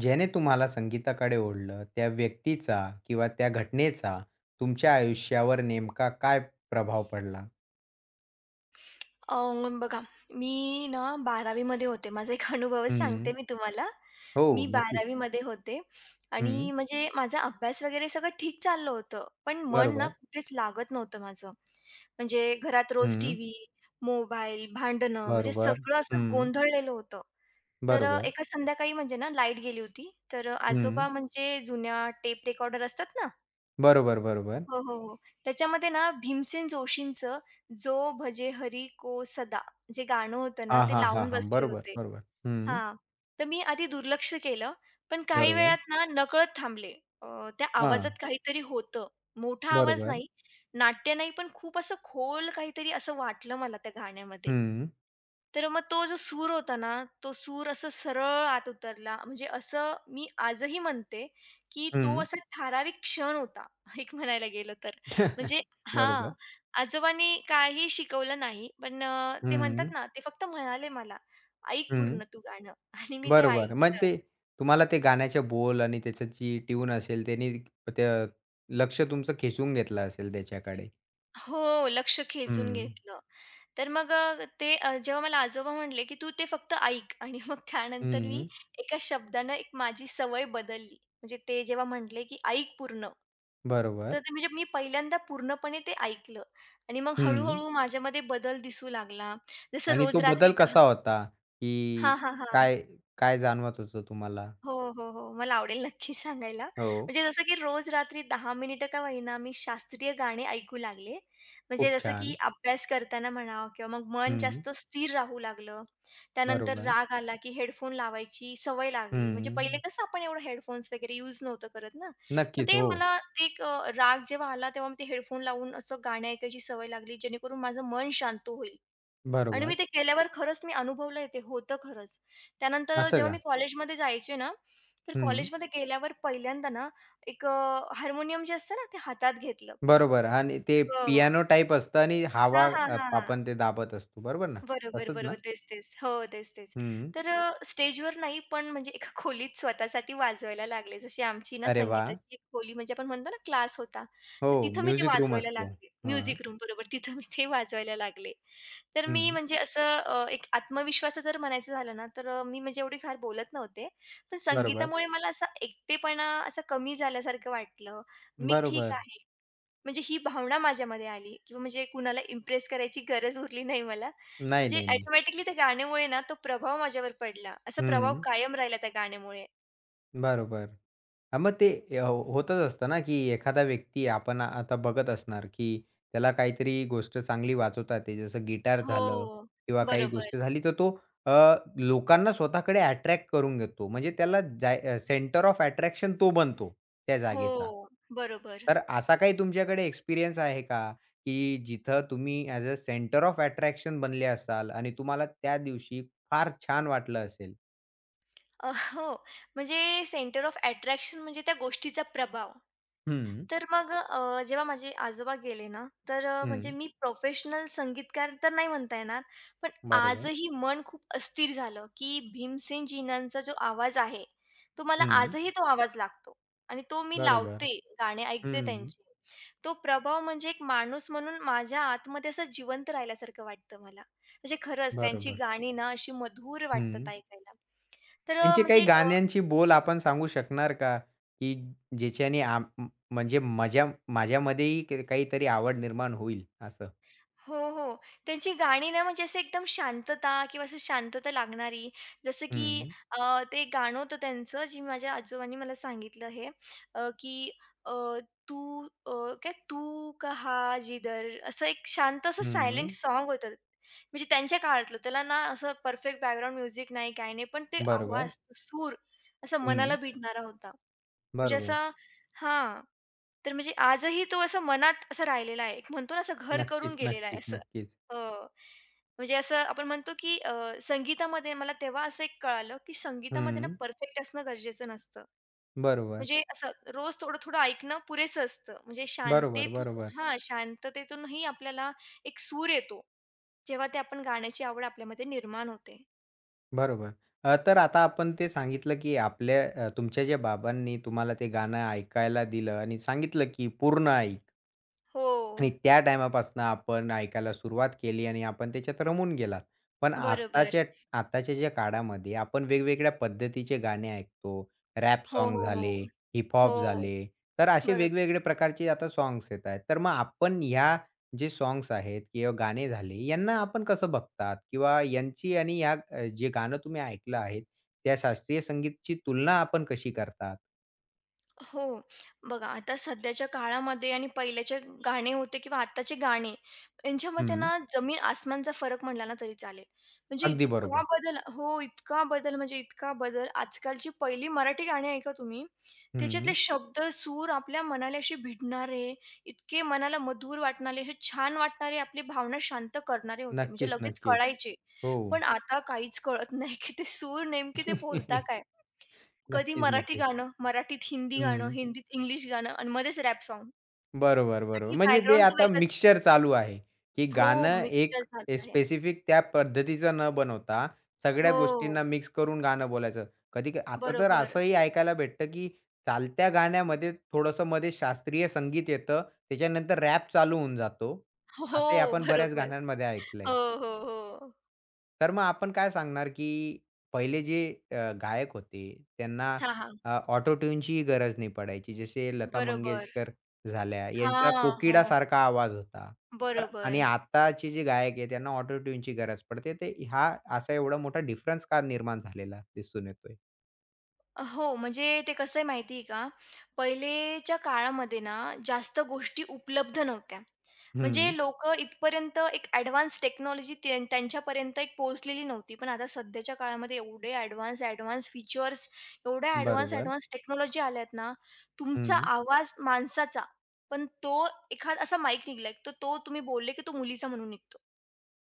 ज्याने तुम्हाला संगीताकडे ओढलं, त्या व्यक्तीचा किंवा त्या घटनेचा तुमच्या आयुष्यावर नेमका काय प्रभाव पडला? अ, बघा, मी ना 12वी मध्ये होते. माझा एक अनुभवच सांगते हं. मी तुम्हाला. हो, मी नक्कीच. 12वी मध्ये होते आणि हं. म्हणजे माझा अभ्यास वगैरे सगळं ठीक चाललं होतं. पण मन ना बरोबर. कुठेच लागत नव्हतं माझं. म्हणजे घरात रोज हं. टीव्ही, मोबाईल, भांडणं म्हणजे बरोबर. सगळं असं हं. गोंधळलेलं होतं. तर बरोबर. एका संध्याकाळी म्हणजे ना लाईट गेली होती. तर हं. आजोबा म्हणजे जुन्या टेप रेकॉर्डर असतात ना. बरोबर, बरोबर. हो, हो, हो. त्याच्यामध्ये ना भीमसेन जोशींचं "जो भजे हरी को सदा" जे गाणं होतं ना, हां, ते हां, हां, लावून हां. बसले बरोबर, होते. बरोबर. हं. हां, तर मी आधी दुर्लक्ष केलं, पण काही बरोबर. वेळात ना नकळत थांबले. अ, त्या हां. आवाजात काहीतरी होतं. मोठा आवाज बरोबर. नाही, नाट्य नाही, पण खूप असं खोल काहीतरी असं वाटलं मला त्या गाण्यामध्ये. हं. तर मग तो जो सूर होता ना, तो सूर असा सरळ आत उतरला. म्हणजे असं मी आजही म्हणते, की तो हं. असा ठराविक क्षण होता, एक म्हणायला गेलं तर. म्हणजे हां, बरोबर. आजोबांनी काही शिकवलं नाही, पण ते हं. म्हणतात ना, ते फक्त म्हणाले मला, "ऐक हं. पूर्ण तू गाणं" आणि मी ते बरोबर. मग ऐकलं. ते तुम्हाला ते गाण्याचे बोल आणि त्याचं जी ट्यून असेल त्यानी ते लक्ष तुमचं खेचून घेतलं असेल त्याच्याकडे. हो, लक्ष खेचून हं. घेतलं. तर मग ते जेव्हा मला आजोबा म्हटले, की "तू ते फक्त ऐक" आणि मग त्यानंतर मी हं. एका शब्दानं एक माझी सवय बदलली. म्हणजे ते जेव्हा म्हटले, की "ऐक पूर्ण." तर बरोबर. ते म्हणजे मी पहिल्यांदा पूर्णपणे ते ऐकलं आणि मग हं. हळू-हळू माझ्यामध्ये बदल दिसू लागला. जसं आणि रोज तो रात्री बदल 10 कसा होता? की हां, हां, हां. काय काय जाणवत होतं तुम्हाला? हो, हो, हो. मला आवडेल नक्की सांगायला. हो. म्हणजे जसं की रोज रात्री दहा मिनिटं का होईना मी शास्त्रीय गाणे ऐकू लागले. म्हणजे खूप जसं की छान. अभ्यास करताना म्हणा किंवा मग मन हं. जास्त स्थिर राहू लागलं. त्यानंतर बरोबर. राग आला की हेडफोन लावायची सवय लागली. म्हणजे पहिले हं. कसं आपण एवढं हेडफोन्स वगैरे यूज नव्हतं करत ना. पण नक्कीच. ते हो. मला ते एक राग जेव्हा आला तेव्हा मी ते हेडफोन लावून असं गाणे ऐकायची सवय लागली जेणेकरून माझं मन शांत होईल. आणि मी बरोबर. ते केल्यावर खरंच मी अनुभवलंय ते होतं खरंच. त्यानंतर असं जेव्हा का? मी कॉलेजमध्ये जायचे ना, तर हं. कॉलेजमध्ये गेल्यावर पहिल्यांदा ना, एक हार्मोनियम जे असतं ना, ते हातात घेतलं. बरोबर आणि ते हो. पियानो टाइप असतं आणि हवा हां, हां, हां. आपण ते दाबत असतो. बरोबर ना? बरोबर, तसंच ना? बरोबर. तेच, तेच. हो, तेच, तेच. हं. तर स्टेजवर नाही, पण म्हणजे एका खोलीत स्वतःसाठी वाजवायला लागले. जशी आमची ना अरे वाह! संगीताची एक खोली म्हणजे आपण म्हणतो ना क्लास होता. हो, तर तिथं मी ते म्युझिक रूम वाजवायला असतो. लागले. हां. म्युझिक रूम बरोबर. तिथं मी ते वाजवायला लागले. तर मी हं. म्हणजे असं एक आत्मविश्वास जर म्हणायचं झालं ना, तर मी म्हणजे एवढी फार बोलत नव्हते. पण बरोबर. संगीतामुळे मला असा एकटेपणा असा कमी झाल्यासारखं वाटलं. मी ठीक बरोबर. आहे. म्हणजे ही भावना माझ्यामध्ये आली किंवा म्हणजे कुणाला इम्प्रेस करायची गरज उरली नाही मला. नाही, म्हणजे नाही, नाही. ऑटोमॅटिकली त्या गाण्यामुळे ना तो प्रभाव माझ्यावर पडला. असा प्रभाव हं. कायम राहिला त्या गाण्यामुळे. बरोबर. हां, मग ते हो, होतच असतं ना, की एखादा व्यक्ती आपण आता बघत असणार, की त्याला काहीतरी गोष्ट चांगली वाजवता येते. जसं गिटार झालं हो. किंवा काही बरोबर. गोष्ट झाली, तर तो अ, लोकांना स्वतःकडे अट्रॅक्ट करून घेतो. म्हणजे त्याला जाय सेंटर ऑफ अट्रॅक्शन तो बनतो त्या हो, जागेचा. बरोबर. तर असा काही तुमच्याकडे एक्सपिरियन्स आहे का, की जिथं तुम्ही as a centre of attraction बनले असाल आणि तुम्हाला त्या दिवशी फार छान वाटलं असेल? हो. म्हणजे सेंटर ऑफ अट्रॅक्शन म्हणजे त्या गोष्टीचा प्रभाव. हं, तर मग जेव्हा माझे आजोबा गेले ना, तर म्हणजे हं. मी प्रोफेशनल संगीतकार तर नाही म्हणता येणार, पण बरोबर. आजही मन खूप अस्थिर झालं, की भीमसेनजींनाचा जो आवाज आहे, तो मला हं, आजही तो आवाज लागतो आणि तो मी बरोबर. लावते, गाणे ऐकते हं, त्यांचे. तो प्रभाव म्हणजे एक माणूस म्हणून माझ्या आतमध्ये असं जिवंत राहिल्यासारखं वाटतं मला. म्हणजे खरंच त्यांची बरोबर. गाणी ना अशी मधुर वाटतात हं. ऐकायला. तर त्यांची काही म्हणजे गाण्यांची बोल आपण सांगू शकणार का? की ज्याच्याने म्हणजे माझ्यामध्येही काहीतरी आवड निर्माण होईल असं? हो, हो. त्यांची गाणी ना म्हणजे असं एकदम शांतता किंवा असं शांतता लागणारी. जसं की हं, ते गाणं होतं त्यांचं जे माझ्या आजोबांनी मला सांगितलं हे अ, की अ, तू अ, काय तू कहा जिधर असं एक शांत असं सायलेंट हं. साँग होतं. म्हणजे त्यांच्या काळातलं. त्याला ना असं परफेक्ट बॅकग्राऊंड म्युझिक नाही, काही नाही. पण ते बरोबर. आवाज, सूर असा मनाला हं, भिडणारा होता. म्हणजे बरोबर. असं हां. तर म्हणजे आजही तो असं मनात असं राहिलेला आहे. एक म्हणतो ना असं घर करून नक्कीच, गेलेला आहे नक्कीच, असं. नक्कीच. हो. म्हणजे असं आपण म्हणतो की संगीतामध्ये मला तेव्हा असं एक कळालं, की संगीतामध्ये ना हं. परफेक्ट असणं गरजेचं नसतं. बरोबर, म्हणजे असं रोज थोडं-थोडं ऐकणं पुरेसं असतं. म्हणजे बरोबर, शांततेतून बरोबर, शांततेतूनही आपल्याला एक सूर येतो. जेव्हा ते आपण गाण्याची आवड आपल्यामध्ये निर्माण होते. बरोबर. तर आता आपण ते सांगितलं की आपल्या तुमच्या ज्या बाबांनी तुम्हाला ते गाणं ऐकायला दिलं आणि सांगितलं की पूर्ण ऐक. हो. आणि त्या टाईमापासून आपण ऐकायला सुरुवात केली आणि आपण त्याच्यात रमून गेलात. पण बरोबर. आत्ताच्या आताच्या ज्या काळामध्ये आपण वेगवेगळ्या पद्धतीचे गाणे ऐकतो. रॅप हो, सॉन्ग हो, झाले, हो. हिप-हॉप हो. झाले, तर असे बरोबर. वेगवेगळे प्रकारचे आता सॉन्ग्स येत आहेत. तर मग आपण ह्या जे सॉन्ग्स आहेत किंवा गाणे झाले, यांना आपण कसं बघतात? किंवा यांची आणि या जे गाणं तुम्ही ऐकलं आहे, त्या शास्त्रीय संगीतची तुलना आपण कशी करतात? हो. बघा आता सध्याच्या काळामध्ये आणि पहिल्याचे गाणे होते किंवा आत्ताचे गाणे, यांच्यामध्ये हं. ना जमीन-आसमानचा फरक म्हटला ना तरी चालेल. म्हणजे अगदी इतका बरोबर. बदल हो, इतका बदल म्हणजे इतका बदल. आजकालची पहिली मराठी गाणी ऐका तुम्ही, त्याच्यातले हं. शब्द, सूर आपल्या मनाला असे भिडणारे, इतके मनाला मधुर वाटणारे, असे छान वाटणारे, आपली भावना शांत करणारे होते. म्हणजे नक्कीच, लगेच नक्कीच. कळायचे. हो. पण आता काहीच कळत नाही, की ते सूर नेमके ते बोलता काय? कधी नक्कीच, मराठी नक्कीच. गाणं, मराठीत हिंदी गाणं, हं. हिंदीत इंग्लिश गाणं आणि मध्येच रॅप सॉन्ग बरोबर, बरोबर. आणि म्हणजे ते बॅकग्राऊंड तर आता वेगळंच. मिक्सचर चालू आहे, की हो, गाणं मिक्सचर एक झालं आहे. स्पेसिफिक त्या पद्धतीचं न बनवता सगळ्या हो, गोष्टींना मिक्स करून गाणं बोलायचं. आता तर बरोबर. असंही ऐकायला भेटतं, की चालत्या गाण्यामध्ये थोडंसं मध्ये शास्त्रीय संगीत येतं, त्याच्यानंतर रॅप चालू होऊन जातो. हो, असंही आपण बऱ्याच बरोबर. गाण्यांमध्ये हो, ऐकलंय. हो, हो. तर मग आपण काय सांगणार, की पहिले जे गायक होते त्यांना हां, हां. ऑटो ट्यूनचीही गरज नाही पडायची. जसे लता बरोबर. मंगेशकर झाल्या, यांचा हां, हो. कोकिडासारखा आवाज होता. तर आणि बरोबर. आताचे जे गायक आहे त्यांना ऑटो ट्यूनची गरज पडते. ते हा असा एवढा मोठा डिफरन्स का निर्माण झालेला दिसून येतोय. हो, म्हणजे ते कसं आहे माहिती आहे का, पहिलेच्या काळामध्ये ना जास्त गोष्टी उपलब्ध नव्हत्या. हं, म्हणजे लोकं इथपर्यंत एक ॲडव्हान्स टेक्नॉलॉजी त्यांच्यापर्यंत एक पोहोचलेली नव्हती. पण आता सध्याच्या काळामध्ये एवढे ॲडव्हान्स, ॲडव्हान्स फीचर्स, एवढ्या ॲडव्हान्स, बरोबर. ॲडव्हान्स टेक्नॉलॉजी आल्यात ना, तुमचा हं. आवाज माणसाचा, पण तो एखादा असा माईक निघालाय, तर तो तुम्ही बोलले की तो मुलीचा म्हणून निघतो.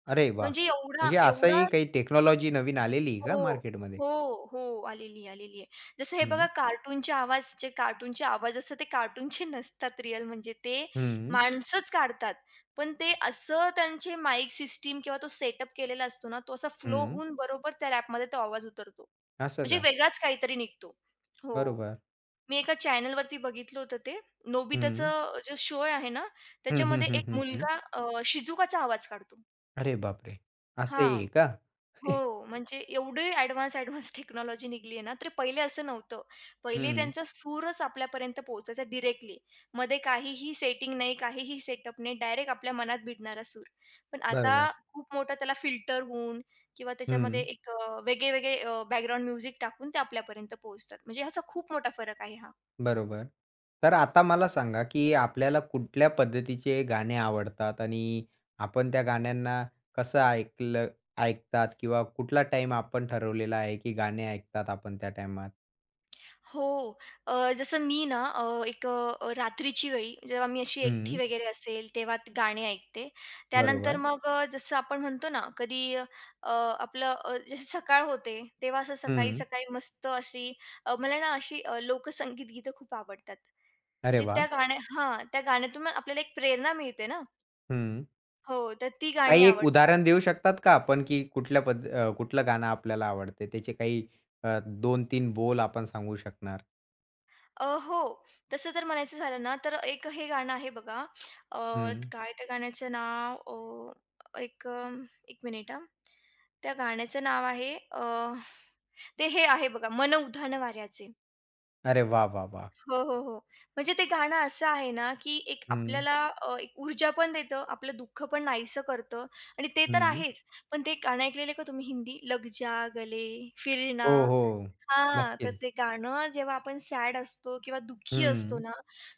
अरे वाह! म्हणजे एवढा म्हणजे एवढा असंही काही टेक्नॉलॉजी नवीन आलेली आहे का हो, मार्केटमध्ये? हो, हो. आलेली आहे, आलेली आहे. जसं हे बघा हं, कार्टूनचे आवाज जे कार्टूनचे आवाज असतात ते कार्टूनचे नसतात रिअल म्हणजे ते हं, माणसंच काढतात. पण ते असं त्यांचे माईक सिस्टम किंवा तो सेटअप केलेला असतो ना, तो असा फ्लो हं. होऊन बरोबर त्या रॅपमध्ये तो आवाज उतरतो. असं म्हणजे का? वेगळाच काहीतरी निघतो. हो. बरोबर. मी एका चॅनलवरती बघितलं होतं ते. हं. नोबिताचं जो शो आहे ना, हं, हं, त्याच्यामध्ये एक हं, हं, मुलगा शिझुकाचा आवाज काढतो. अरे बापरे! असंही हां. आहे का? हो, म्हणजे एवढे ॲडव्हान्स, ॲडव्हान्स टेक्नॉलॉजी निघाली आहे ना, तर पहिले असं नव्हतं. पहिले हं, त्यांचा सूरच आपल्यापर्यंत पोहोचायचा डायरेक्टली. मध्ये काहीही सेटिंग नाही, काहीही सेटअप नाही, डायरेक्ट आपल्या मनात भिडणारा सूर. पण आता बरोबर. खूप मोठा त्याला फिल्टर होऊन किंवा त्याच्यामध्ये हं, एक वेगळे-वेगळे बॅकग्राऊंड म्युझिक टाकून ते आपल्यापर्यंत पोहोचतात. म्हणजे ह्याचा खूप मोठा फरक आहे हा. बरोबर. तर आता मला सांगा, की आपल्याला कुठल्या पद्धतीचे गाणे आवडतात आणि आपण त्या गाण्यांना कसं ऐकलं ऐकतात किंवा कुठला टाईम आपण ठरवलेला आहे, की गाणे ऐकतात आपण त्या टाईमात? हो. जसं मी ना एक रात्रीची वेळी जेव्हा मी अशी एकटी हं, वगैरे असेल, तेव्हा गाणी ऐकते. त्यानंतर बरोबर. मग जसं आपण म्हणतो ना, कधी जशी सकाळ होते, तेव्हा असं हं. सकाळी-सकाळी मस्त अशी मला ना अशी लोकसंगीत गीतं खूप आवडतात. अरे म्हणजे वाह! त्या गाण्यातून ना आपल्याला एक प्रेरणा मिळते ना. हं. हो, तर ती गाणी काही एक उदाहरण आवडतात. देऊ शकतात का आपण, की कुठलं गाणं आपल्याला आवडते? त्याचे काही अ, 2-3 बोल आपण सांगू शकणार? हो. तसं जर म्हणायचं झालं ना, तर एक हे गाणं आहे बघा, अ, हं. काय त्या गाण्याचं नाव एक 1 मिनिट हां. त्या गाण्याचं नाव आहे ते हे आहे बघा, मन उधाण वाऱ्याचे. अरे वाह, वाह, वाह! हो, हो, हो. म्हणजे ते गाणं असं आहे ना, की एक हं, आपल्याला एक ऊर्जा पण देतं, आपलं दुःख पण नाहीसं करतं आणि ते तर हं. आहेच. पण ते गाणं ऐकलेलं का तुम्ही हिंदी? लग जा गले, फिरना. हो, हो. तर नक्की. ते गाणं जेव्हा आपण सॅड असतो किंवा दुःखी असतो हं. ना,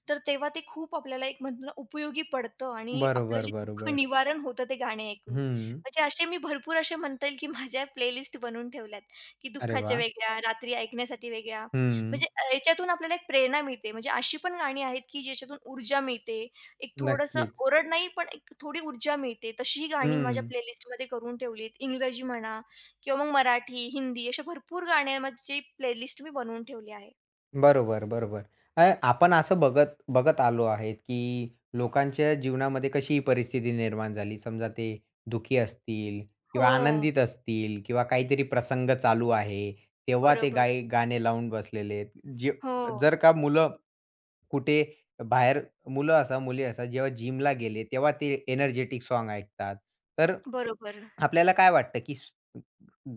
तर तेव्हा ते खूप आपल्याला एक म्हणतो ना उपयोगी पडतं आणि आपलं बरोबर, जे दुःख बरोबर. निवारण होतं ते गाणे ऐकून. हं. म्हणजे असे मी भरपूर असे म्हणता येईल की माझ्या प्लेलिस्ट बनवून ठेवल्यात, की अरे दुःखाच्या वाह! वेगळ्या, रात्री ऐकण्यासाठी वेगळ्या. हं. म्हणजे याच्यातून आपल्याला एक प्रेरणा मिळते. म्हणजे अशी पण गाणी आहेत की ज्याच्यातून ऊर्जा मिळते. एक थोडंसं नक्कीच. ओरड नाही, पण एक थोडी ऊर्जा मिळते. तशीही गाणी माझ्या हं. प्लेलिस्टमध्ये करून ठेवलीत. इंग्रजी म्हणा किंवा मग मराठी, हिंदी अशा भरपूर गाण्यांची प्लेलिस्ट मी बनवून ठेवली आहे. बरोबर, बरोबर. आपण असं बघत बघत आलो आहेत, की लोकांच्या जीवनामध्ये कशी ही परिस्थिती निर्माण झाली. समजा ते दुखी असतील हो. किंवा आनंदित असतील किंवा काहीतरी प्रसंग चालू आहे, तेव्हा ते बरोबर. गाणे लावून बसलेले आहेत. जे हो. जर का मुलं कुठे बाहेर मुलं असा, मुली असा जेव्हा जिमला गेले, तेव्हा ते एनर्जेटिक सॉन्ग ऐकतात. तर बरोबर. आपल्याला काय वाटतं, की स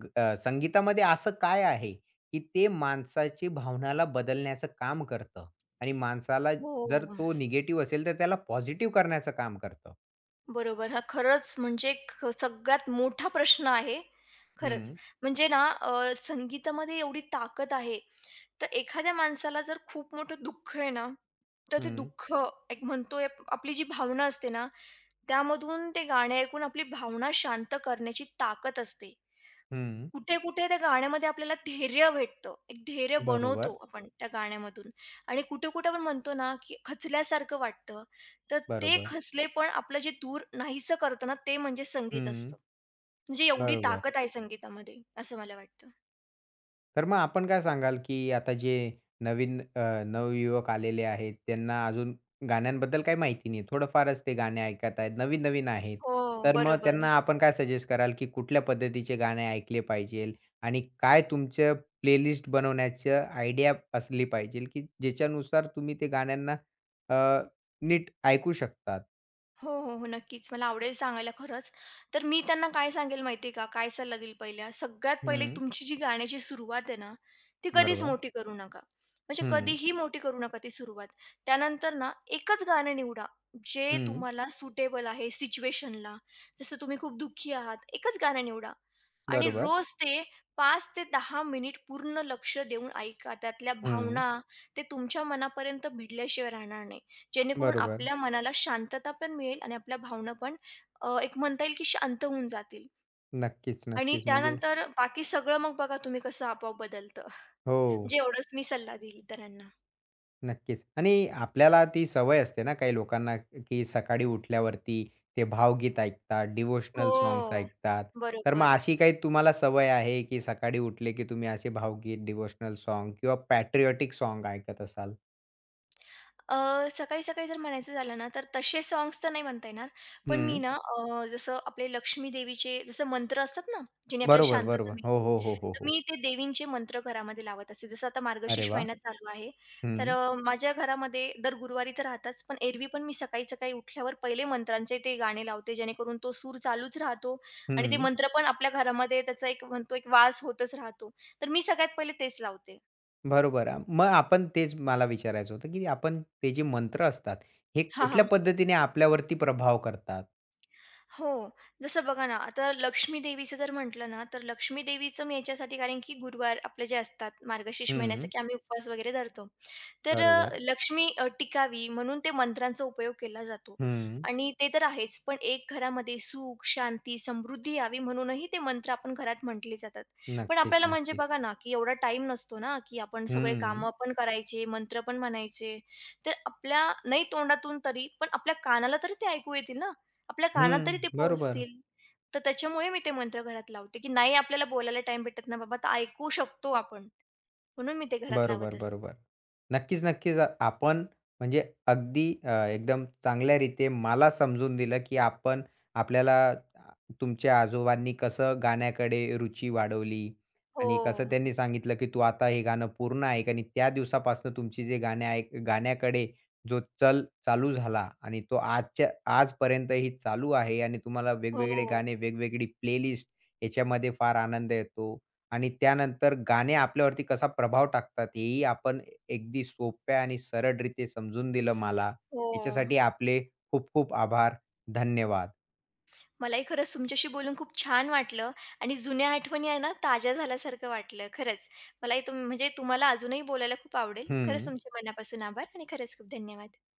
ग अ, संगीतामध्ये असं काय आहे, की ते माणसाची भावनाला बदलण्याचं काम करतं आणि माणसाला हो. जर तो निगेटिव्ह असेल, तर त्याला पॉझिटिव्ह करण्याचं काम करतं? बरोबर. हा खरंच म्हणजे सगळ्यात मोठा प्रश्न आहे. खरंच. हं, म्हणजे ना संगीतामध्ये एवढी ताकद आहे. तर एखाद्या माणसाला जर खूप मोठं दुःख आहे ना, तर ते हं, दुःख एक म्हणतोय आपली जी भावना असते ना, त्यामधून ते गाणे ऐकून आपली भावना शांत करण्याची ताकद असते. हं. कुठे-कुठे त्या गाण्यामध्ये आपल्याला धैर्य भेटतं. एक धैर्य बनवतो बरोबर, आपण त्या गाण्यामधून आणि कुठे-कुठे आपण म्हणतो ना, की खचल्यासारखं वाटतं. तर ते बरोबर. खचलेपण आपलं जे दूर नाहीसं करतं ना, ते म्हणजे संगीत हं, असतं. म्हणजे एवढी बरोबर. ताकद आहे संगीतामध्ये, असं मला वाटतं. तर मग आपण काय सांगाल, की आता जे नवीन नवयुवक आलेले आहेत, त्यांना अजून गाण्यांबद्दल काही माहिती नाही. थोडंफारच ते गाणे ऐकत आहेत, नवीन-नवीन आहेत. हो, तर मग बरोबर. त्यांना आपण काय सजेस्ट कराल, की कुठल्या पद्धतीचे गाणे ऐकले पाहिजेल आणि काय तुमचं प्लेलिस्ट बनवण्याचं आयडिया असली पाहिजेल, की ज्याच्यानुसार तुम्ही ते गाण्यांना अ, नीट ऐकू शकतात? हो, हो, हो. नक्कीच. मला आवडेल सांगायला खरंच. तर मी त्यांना काय सांगेल माहिती का? काय सल्ला देईल पहिला? सगळ्यात पहिले हं, तुमची जी गाण्याची सुरुवात आहे ना, ती कधीच बरोबर. मोठी करू नका. म्हणजे हं, कधीही मोठी करू नका ती सुरुवात. त्यानंतर ना, एकच गाणं निवडा, जे हं, तुम्हाला सुटेबल आहे सिच्युएशनला. जसं तुम्ही खूप दुःखी आहात, एकच गाणं निवडा आणि बरोबर. रोज ते 5 ते 10 मिनिट पूर्ण लक्ष देऊन ऐका. त्यातल्या हं, भावना, ते तुमच्या मनापर्यंत भिडल्याशिवाय राहणार नाही. जेणेकरून बरोबर. आपल्या मनाला शांतता पण मिळेल आणि आपल्या भावना पण एक म्हणता येईल की शांत होऊन जातील नक्कीच, आणि नक्कीच. म्हणजे त्यानंतर बाकी सगळं मग बघा तुम्ही कसं आपोआप बदलतं. हो. म्हणजे एवढंच मी सल्ला देईल इतरांना. नक्कीच. आणि आपल्याला ती सवय असते ना काही लोकांना, की सकाळी उठल्यावरती ते भावगीत ऐकतात, हो. डिव्होशनल सॉंग्स ऐकतात. तर मग बरोबर. अशी काही तुम्हाला सवय आहे, की सकाळी उठले की तुम्ही असे भावगीत, डिव्होशनल सॉन्ग किंवा पॅट्रियोटिक सॉन्ग ऐकत असाल? सकाळी-सकाळी जर म्हणायचं झालं ना, तर तसे सॉन्ग्स तर नाही म्हणता येणार. पण मी हं. ना जसं आपले लक्ष्मी देवीचे जसं मंत्र असतात ना, ज्याने आपल्याला बरोबर, शांतता बरोबर. मिळते. हो, हो, हो, हो, तर हो. मी ते देवींचे मंत्र घरामध्ये लावत असते. जसं आता अरे मार्गशीर्ष वाह! महिना चालू आहे, तर हं, माझ्या घरामध्ये दर गुरुवारी तर राहताच, पण एरवी पण मी सकाळी-सकाळी उठल्यावर पहिले मंत्रांचे ते गाणे लावते, जेणेकरून तो सूर चालूच राहतो आणि ते हं. मंत्र पण आपल्या घरामध्ये त्याचा एक म्हणतो एक वास होतच राहतो. तर मी सगळ्यात पहिले तेच लावते. बरोबर. मग आपण तेच मला विचारायचं होतं, की आपण ते जे मंत्र असतात, हे हां, कुठल्या हां. पद्धतीने आपल्यावरती प्रभाव करतात? हो. जसं बघा ना, आता लक्ष्मी देवीचं जर म्हटलं ना, तर लक्ष्मी देवीचं मी याच्यासाठी कारण की गुरुवार आपले जे असतात मार्गशीर्ष महिन्याचे हं. की आम्ही उपवास वगैरे धरतो. तर बरोबर. लक्ष्मी टिकावी म्हणून ते मंत्रांचा उपयोग केला जातो हं. आणि ते तर आहेच, पण एक घरामध्ये सुख, शांती, समृद्धी यावी म्हणूनही ते मंत्र आपण घरात म्हटले जातात. पण नक्कीच, आपल्याला म्हणजे नक्कीच. बघा ना, की एवढा टाइम नसतो ना, की आपण सगळे हं, कामं पण करायचे, मंत्र पण म्हणायचे. तर आपल्या नाही तोंडातून तरी, पण आपल्या कानाला तरी ते ऐकू येतील ना, आपल्या कानात हं. तरी ते बरोबर, पोहोचतील. तर त्याच्यामुळे मी ते मंत्र घरात लावते, की नाही आपल्याला बोलायला टाईम भेटत ना बाबा, तर ऐकू शकतो आपण, म्हणून मी ते घरात बरोबर, लावत असते. बरोबर. नक्कीच, नक्कीच. आपण म्हणजे अगदी एकदम चांगल्या रीते मला समजून दिलं, की आपण आपल्याला तुमच्या आजोबांनी कसं गाण्याकडे रुची वाढवली आणि कसं हो. त्यांनी सांगितलं, की तू आता हे गाणं पूर्ण ऐक आणि त्या दिवसापासून तुमची जे गाणे ऐक गाण्याकडे जो चल चालू झाला आणि तो आजपर्यंतही चालू आहे आणि तुम्हाला वेगवेगळे हो, गाणे, वेगवेगळी प्लेलिस्ट याच्यामध्ये फार आनंद येतो. आणि त्यानंतर गाणे आपल्यावरती कसा प्रभाव टाकतात हेही आपण अगदी सोप्या आणि सरळरीत्या समजून दिलं मला. हो. याच्यासाठी आपले खूप खूप आभार. धन्यवाद. मलाही खरंच तुमच्याशी बोलून खूप छान वाटलं आणि जुन्या आठवणी आहे ना, ताज्या झाल्यासारखं वाटलं खरंच. मलाही म्हणजे तुम्हाला अजूनही बोलायला खूप आवडेल. हं. खरंच तुमचे मनापासून आभार आणि खरंच खूप धन्यवाद.